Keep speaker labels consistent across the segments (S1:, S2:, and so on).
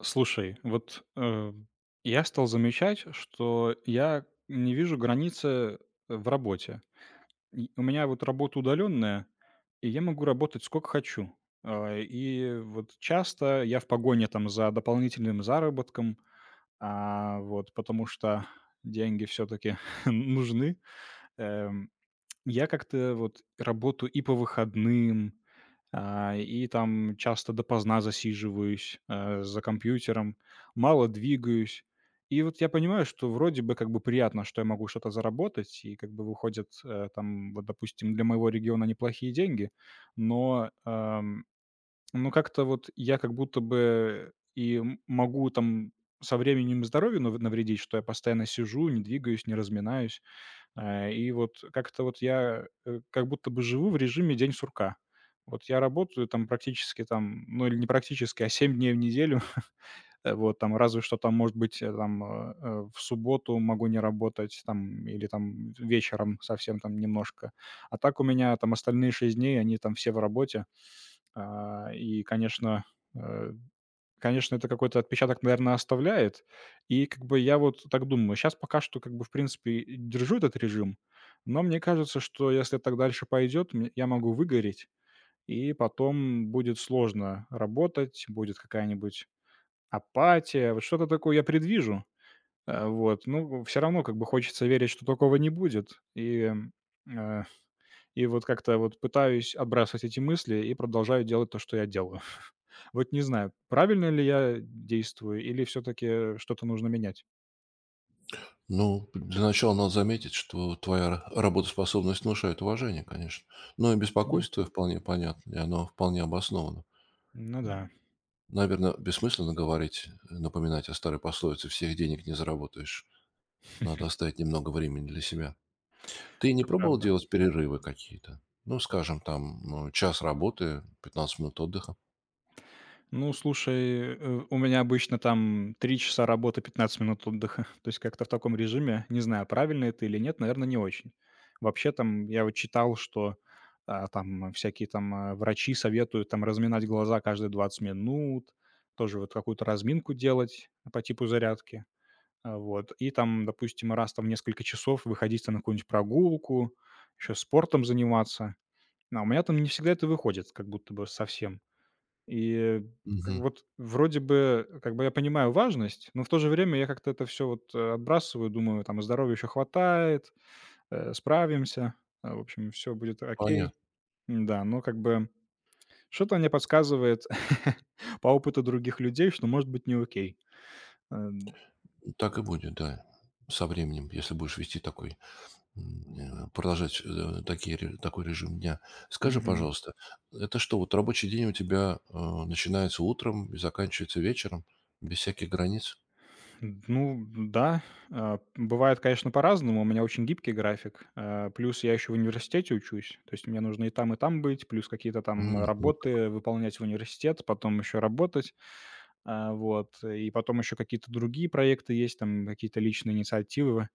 S1: Слушай, вот, я стал замечать, что я не вижу границы в работе. И у меня вот работа удаленная, и я могу работать сколько хочу. А, и вот часто я в погоне там за дополнительным заработком, вот, потому что деньги все таки нужны. Эм. Я как-то вот работаю и по выходным, и там часто допоздна засиживаюсь, за компьютером, мало двигаюсь. И вот я понимаю, что вроде бы как бы приятно, что я могу что-то заработать, и как бы выходят, там, вот, допустим, для моего региона неплохие деньги, но, ну, как-то вот я как будто бы могу там со временем и здоровью навредить, что я постоянно сижу, не двигаюсь, не разминаюсь. А, и вот как-то вот я, как будто бы живу в режиме день сурка. Вот я работаю там практически там, ну, или не практически, а 7 дней в неделю. Вот там разве что там, может быть, там, в субботу могу не работать там или там вечером совсем там немножко. А так у меня там остальные 6 дней, они там все в работе. А, и, э конечно, это какой-то отпечаток, наверное, оставляет. И как бы я вот так думаю, сейчас пока что как бы, в принципе, и держу этот режим, но мне кажется, что если так дальше пойдет, я могу выгореть, и потом будет сложно работать, будет какая-нибудь апатия. Вот что-то такое я предвижу. Вот. Ну, все равно как бы хочется верить, что такого не будет. Э И вот как-то вот пытаюсь отбрасывать эти мысли и продолжаю делать то, что я делаю. Вот не знаю, правильно ли я действую или все таки что-то нужно менять.
S2: Ну, для начала надо заметить, что твоя работоспособность внушает уважение, конечно. Но и
S1: М.
S2: беспокойство вполне понятно, и оно вполне обосновано.
S1: Ну
S2: Ну,
S1: да,
S2: наверное, бессмысленно говорить, напоминать о старой пословице «всех денег не заработаешь». Надо оставить немного времени для себя. Ты не
S1: это
S2: пробовал
S1: правда.
S2: делать перерывы какие-то? Ну, скажем, там ну, час работы, 15 минут отдыха.
S1: Ну, слушай, у меня обычно там 3 часа работы, 15 минут отдыха. То есть как-то в таком режиме. Не знаю, правильно это или нет, наверное, не очень. Вообще там я вот читал, что там всякие там врачи советуют там разминать глаза каждые 20 минут, тоже вот какую-то разминку делать по типу зарядки. А, вот. И там, допустим, раз там в несколько часов выходить там на какую-нибудь прогулку, еще спортом заниматься. А у меня там не всегда это выходит, как будто бы совсем. И как
S2: Мгм.
S1: вот вроде бы, как бы я понимаю важность, но в то же время я как-то это все вот, отбрасываю, думаю, там здоровья еще хватает, справимся, в общем, все будет окей.
S2: Понятно.
S1: Да, но как бы что-то мне подсказывает по опыту других людей, что может быть не окей. Эм,
S2: Так и будет, да, со временем, если будешь вести такой продолжать, такие ре такой режим дня. Скажи,
S1: мгм.
S2: пожалуйста, это что, вот рабочий день у тебя, начинается утром и заканчивается вечером, без всяких границ?
S1: Ну да, бывает, конечно, по-разному. У меня очень гибкий график. А, плюс я еще в университете учусь. То есть мне нужно и там быть, плюс какие-то там
S2: М, вот как.
S1: работы выполнять в университет, потом еще работать. А, вот. И потом еще какие-то другие проекты есть, там какие-то личные инициативы.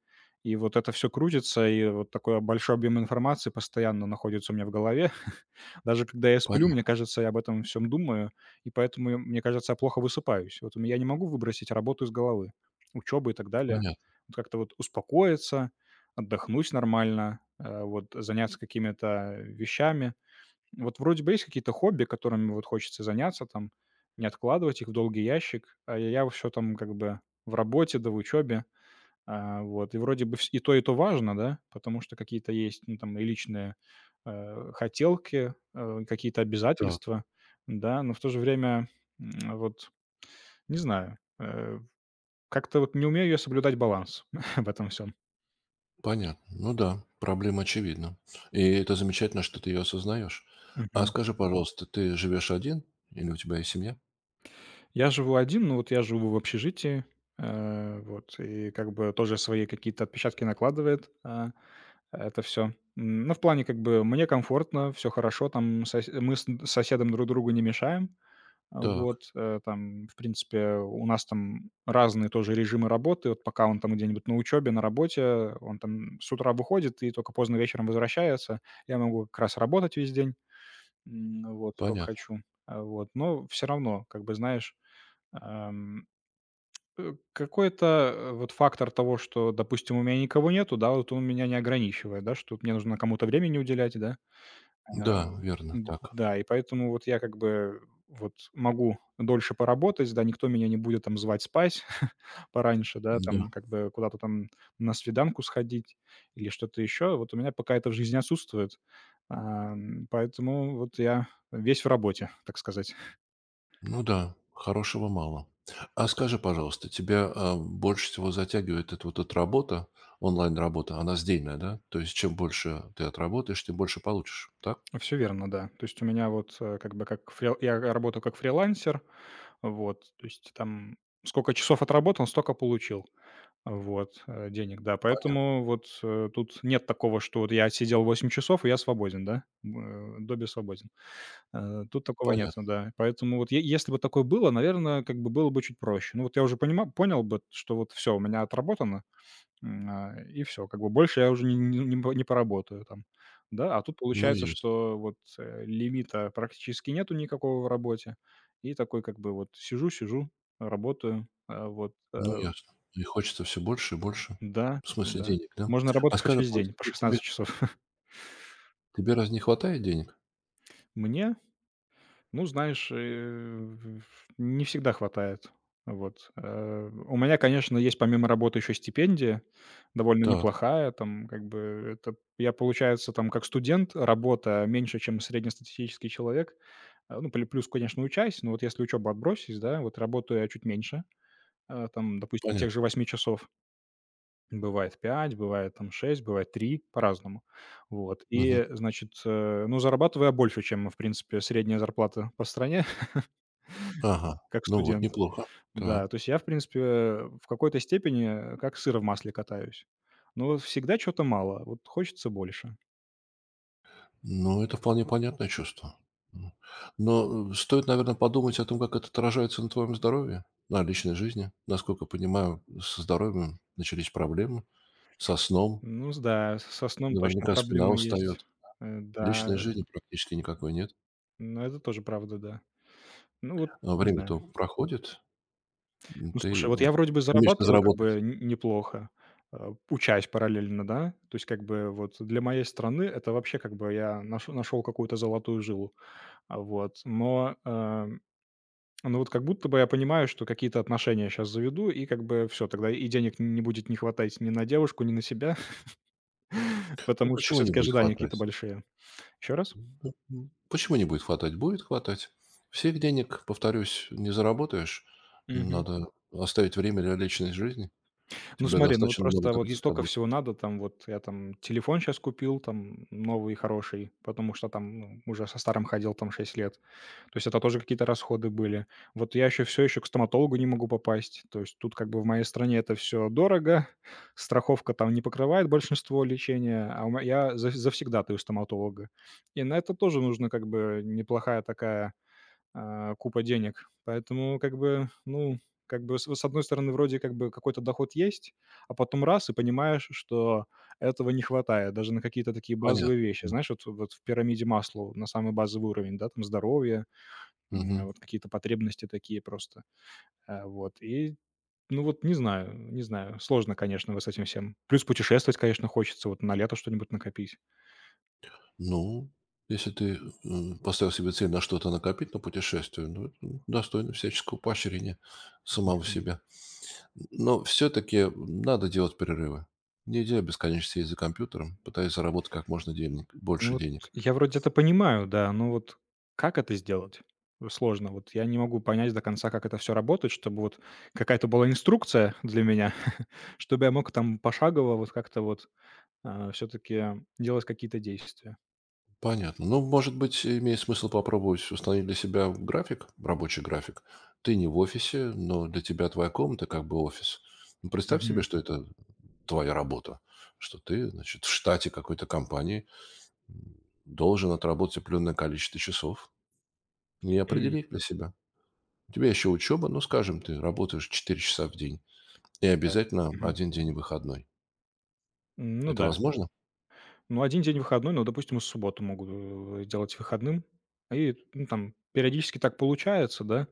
S1: И вот это все крутится, и вот такой большой объем информации постоянно находится у меня в голове. Даже когда я сплю, мне
S2: Понятно,
S1: кажется, я об этом всем думаю, и поэтому, мне кажется, я плохо высыпаюсь. Вот я не могу выбросить работу из головы, учёбу и так далее.
S2: понятно.
S1: Вот как-то вот успокоиться, отдохнуть нормально, вот заняться какими-то вещами. Вот вроде бы есть какие-то хобби, которыми вот хочется заняться там, не откладывать их в долгий ящик, а я все там как бы в работе да в учебе. А, вот. И вроде бы вс и то важно, да, потому что какие-то есть, ну, там и личные, хотелки, какие-то
S2: Так,
S1: обязательства, да, но в то же время, вот не знаю, как-то вот не умею я соблюдать баланс в этом всем.
S2: понятно. Ну да, проблема очевидна. И это замечательно, что ты ее осознаешь. А
S1: Мгм.
S2: скажи, пожалуйста, ты живешь один или у тебя есть семья?
S1: Я живу один, но вот я живу в общежитии, вот, и как бы тоже свои какие-то отпечатки накладывает, это все, ну, в плане как бы мне комфортно, все хорошо, там сос мы с соседом друг другу не мешаем. А,
S2: Так,
S1: вот, там, в принципе, у нас там разные тоже режимы работы. Вот пока он там где-нибудь на учебе, на работе, он там с утра выходит и только поздно вечером возвращается. Я могу как раз работать весь день, вот сколько
S2: понятно.
S1: хочу. А, вот, но все равно, как бы, знаешь, ам, какой-то вот фактор того, что, допустим, у меня никого нету, да, вот он меня не ограничивает, да, что вот мне нужно кому-то времени уделять, да. Э,
S2: Да, верно, так.
S1: да, и поэтому вот я как бы вот могу дольше поработать, да, никто меня не будет там звать спать пораньше, да,
S2: Да.
S1: там как бы куда-то там на свиданку сходить или что-то еще. Вот у меня пока это в жизни отсутствует. Поэтому вот я весь в работе, так сказать.
S2: Ну да, хорошего мало. А скажи, пожалуйста, тебя больше всего затягивает эта вот эта работа, онлайн-работа, она сдельная, да? То есть чем больше ты отработаешь, тем больше получишь, так?
S1: Все верно, да. То есть у меня вот как бы я работаю как фрилансер, вот, то есть там сколько часов отработал, столько получил. Вот, денег, да. Поэтому вот, тут нет такого, что вот я сидел 8 часов, и я свободен, да? Добби свободен. Тут такого нет,
S2: Понятно.
S1: да. Поэтому вот если бы такое было, наверное, как бы было бы чуть проще. Ну вот я уже понял бы, что вот все, у меня отработано, и все, как бы больше я уже не поработаю там. Да, а тут
S2: Ну
S1: получается,
S2: ясно,
S1: что вот лимита практически нету никакого в работе. И такой как бы вот сижу-сижу, работаю,
S2: ну ясно. И хочется все больше и больше.
S1: да,
S2: В смысле
S1: да.
S2: денег, да?
S1: Можно
S2: А
S1: работать хоть
S2: скажи,
S1: весь день
S2: пожалуйста,
S1: по 16 часов.
S2: тебе разве не хватает денег?
S1: Мне, ну, знаешь, не всегда хватает. Вот. У меня, конечно, есть помимо работы еще стипендия, довольно
S2: Так,
S1: неплохая. Там как бы это я, получается, там как студент, работа меньше, чем среднестатистический человек. Ну, плюс, конечно, учась, но вот если учебу отбросить, да, вот работаю я чуть меньше, там, допустим, тех
S2: понятно.
S1: же 8 часов. Бывает 5, бывает там 6, бывает 3 по-разному. Вот.
S2: Мгм.
S1: И, значит, ну, зарабатываю я больше, чем, в принципе, средняя зарплата по стране,
S2: Ага,
S1: как
S2: ну вот,
S1: студент.
S2: неплохо.
S1: Да,
S2: Так.
S1: то есть я, в принципе, в какой-то степени, как сыр в масле катаюсь. Но вот всегда чё-то мало, вот хочется больше.
S2: Ну, это вполне понятное чувство. М. Но, стоит, наверное, подумать о том, как это отражается на твоем здоровье, на личной жизни. Насколько понимаю, со здоровьем начались проблемы, со сном.
S1: Ну с да, со сном точно
S2: Наверняка спина
S1: проблемы есть.
S2: устает.
S1: Да,
S2: Личной жизни практически никакой нет.
S1: но это тоже правда, да. Ну вот,
S2: А
S1: не знаю.
S2: время-то проходит, м,
S1: Ну,
S2: ты,
S1: слушай, вот я
S2: м,
S1: вроде бы
S2: стремишься
S1: зарабатываю как
S2: заработать.
S1: бы н неплохо, учась параллельно, да. То есть как бы вот для моей страны это вообще как бы я нашел какую-то золотую жилу. А, вот, но вот как будто бы я понимаю, что какие-то отношения сейчас заведу, и как бы все тогда и денег не будет не хватать ни на девушку, ни на себя,
S2: Ну,
S1: потому что
S2: почему
S1: все
S2: не
S1: таки
S2: будет
S1: ожидания какие-то
S2: хватать?
S1: большие. Еще раз?
S2: М, почему не будет хватать? Будет хватать. Всех денег, повторюсь, не заработаешь.
S1: Мгм.
S2: Надо оставить время для личной жизни. У
S1: Ну
S2: тебя
S1: смотри, ну вот
S2: достаточно много
S1: просто вот
S2: других
S1: столько
S2: забот.
S1: всего надо, там вот я там телефон сейчас купил, там новый хороший, потому что там, ну, уже со старым ходил там 6 лет. То есть это тоже какие-то расходы были. Вот я еще все еще к стоматологу не могу попасть. То есть тут как бы в моей стране это все дорого, страховка там не покрывает большинство лечения, а у ме я за завсегдатаю стоматолога. И на это тоже нужно как бы неплохая такая купа денег. Поэтому как бы, ну, как бы с одной стороны вроде как бы какой-то доход есть, а потом раз и понимаешь, что этого не хватает даже на какие-то такие
S2: Понятно.
S1: базовые вещи. Знаешь, вот в пирамиде Маслоу на самый базовый уровень, да, там здоровье,
S2: Мгм.
S1: вот какие-то потребности такие просто. А, вот и, ну, вот не знаю, сложно, конечно, вот с этим всем. Плюс путешествовать, конечно, хочется, вот на лето что-нибудь накопить.
S2: Ну, если ты, поставил себе цель на что-то накопить на путешествие, ну, это достойно всяческого поощрения самого себя. Но все-таки надо делать перерывы. Нельзя бесконечно сидеть за компьютером, пытаясь заработать как можно денег,
S1: Ну
S2: больше
S1: вот
S2: денег.
S1: я вроде это понимаю, да, но вот как это сделать? Сложно. Вот я не могу понять до конца, как это все работает, чтобы вот какая-то была инструкция для меня, чтобы я мог там пошагово вот как-то вот все-таки делать какие-то действия.
S2: Понятно. Ну, может быть, имеет смысл попробовать установить для себя график, рабочий график. Ты не в офисе, но для тебя твоя комната как бы офис. Ну, представь себе,
S1: Мгм.
S2: что это твоя работа, что ты, значит, в штате какой-то компании м, должен отработать определенное количество часов. И
S1: М,
S2: определи для себя. У тебя еще учеба, ну, скажем, ты работаешь 4 часа в день и
S1: Так.
S2: обязательно
S1: Мгм.
S2: один день выходной.
S1: Ну
S2: Это
S1: да.
S2: возможно?
S1: Ну один день выходной, ну допустим, и субботу могут делать выходным. И ну, там периодически так получается, да.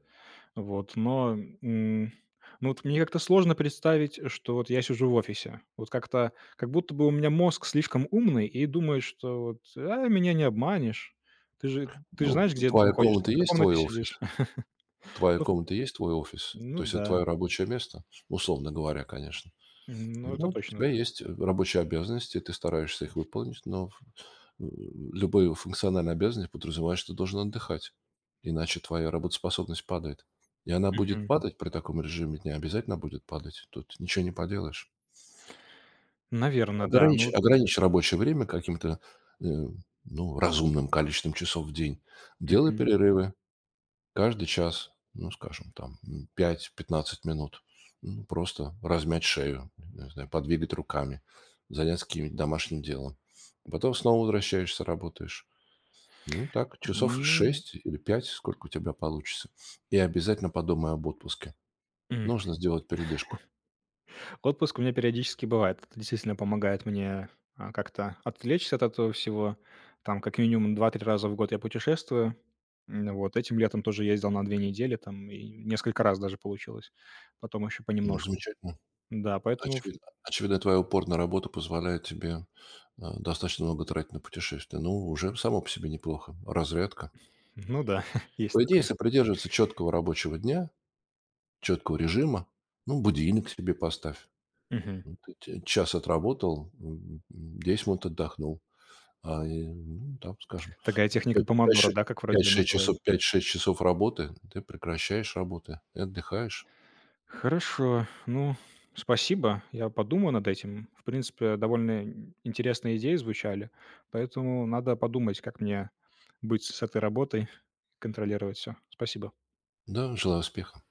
S1: Вот, но, м, ну, вот мне как-то сложно представить, что вот я сижу в офисе. Вот как-то, как будто бы у меня мозг слишком умный и думает, что вот: «А, меня не обманешь. Ты же знаешь,
S2: Ну,
S1: где ты
S2: твоя
S1: находишься.
S2: комната
S1: Ты в
S2: есть
S1: комнате
S2: твой
S1: сидишь».
S2: офис? Твоя
S1: Ну,
S2: комната есть твой офис?
S1: ну
S2: То есть это
S1: да.
S2: твое рабочее место? Условно говоря, конечно.
S1: Мгм. Ну,
S2: Ну,
S1: это
S2: вот у
S1: точно,
S2: тебя
S1: да.
S2: есть, рабочие обязанности, ты стараешься их выполнить, любые функциональные обязанности подразумевают, что ты должен отдыхать, иначе твоя работоспособность падает. И она будет
S1: Мгм.
S2: падать при таком режиме дня, обязательно будет падать. Тут ничего не поделаешь.
S1: Да. Ну
S2: Ограничь
S1: вот.
S2: ограничь рабочее время каким-то, э, ну, разумным количеством часов в день. Делай
S1: Мгм.
S2: перерывы. Каждый час, ну, скажем, там, 5-15 минут, ну, просто размять шею, не знаю, подвигать руками, заняться каким-нибудь домашним делом. Потом снова возвращаешься, работаешь. Ну и так, часов
S1: Ну.
S2: 6 или 5, сколько у тебя получится. И обязательно подумай об отпуске. Нужно сделать передышку.
S1: Отпуск у меня периодически бывает. Это действительно помогает мне, как-то отвлечься от этого всего. Там как минимум 2-3 раза в год я путешествую. Вот этим летом тоже ездил на 2 недели там и несколько раз даже получилось. Потом еще
S2: Ну,
S1: понемножку.
S2: замечательно.
S1: Да, поэтому в
S2: Очевидно, очевидно, твоя упорная работа позволяет тебе достаточно много тратить на путешествия. Ну, уже само по себе неплохо. Разрядка.
S1: ну да, есть
S2: По идее,
S1: такое.
S2: если придерживаться четкого рабочего дня, Четкого режима. Ну, будильник себе поставь.
S1: Мгм.
S2: Ну, ты те час отработал, 10 минут отдохнул. Ну, там, скажем,
S1: Такая техника
S2: пять
S1: «Помодоро», да, как вроде ее
S2: шесть
S1: называют?
S2: пять-шесть часов работы, ты прекращаешь работы и отдыхаешь.
S1: Хорошо. Ну, спасибо. Я подумаю над этим. В принципе, довольно интересные идеи звучали, поэтому надо подумать, как мне быть с этой работой, контролировать все. Спасибо.
S2: Да, желаю успеха.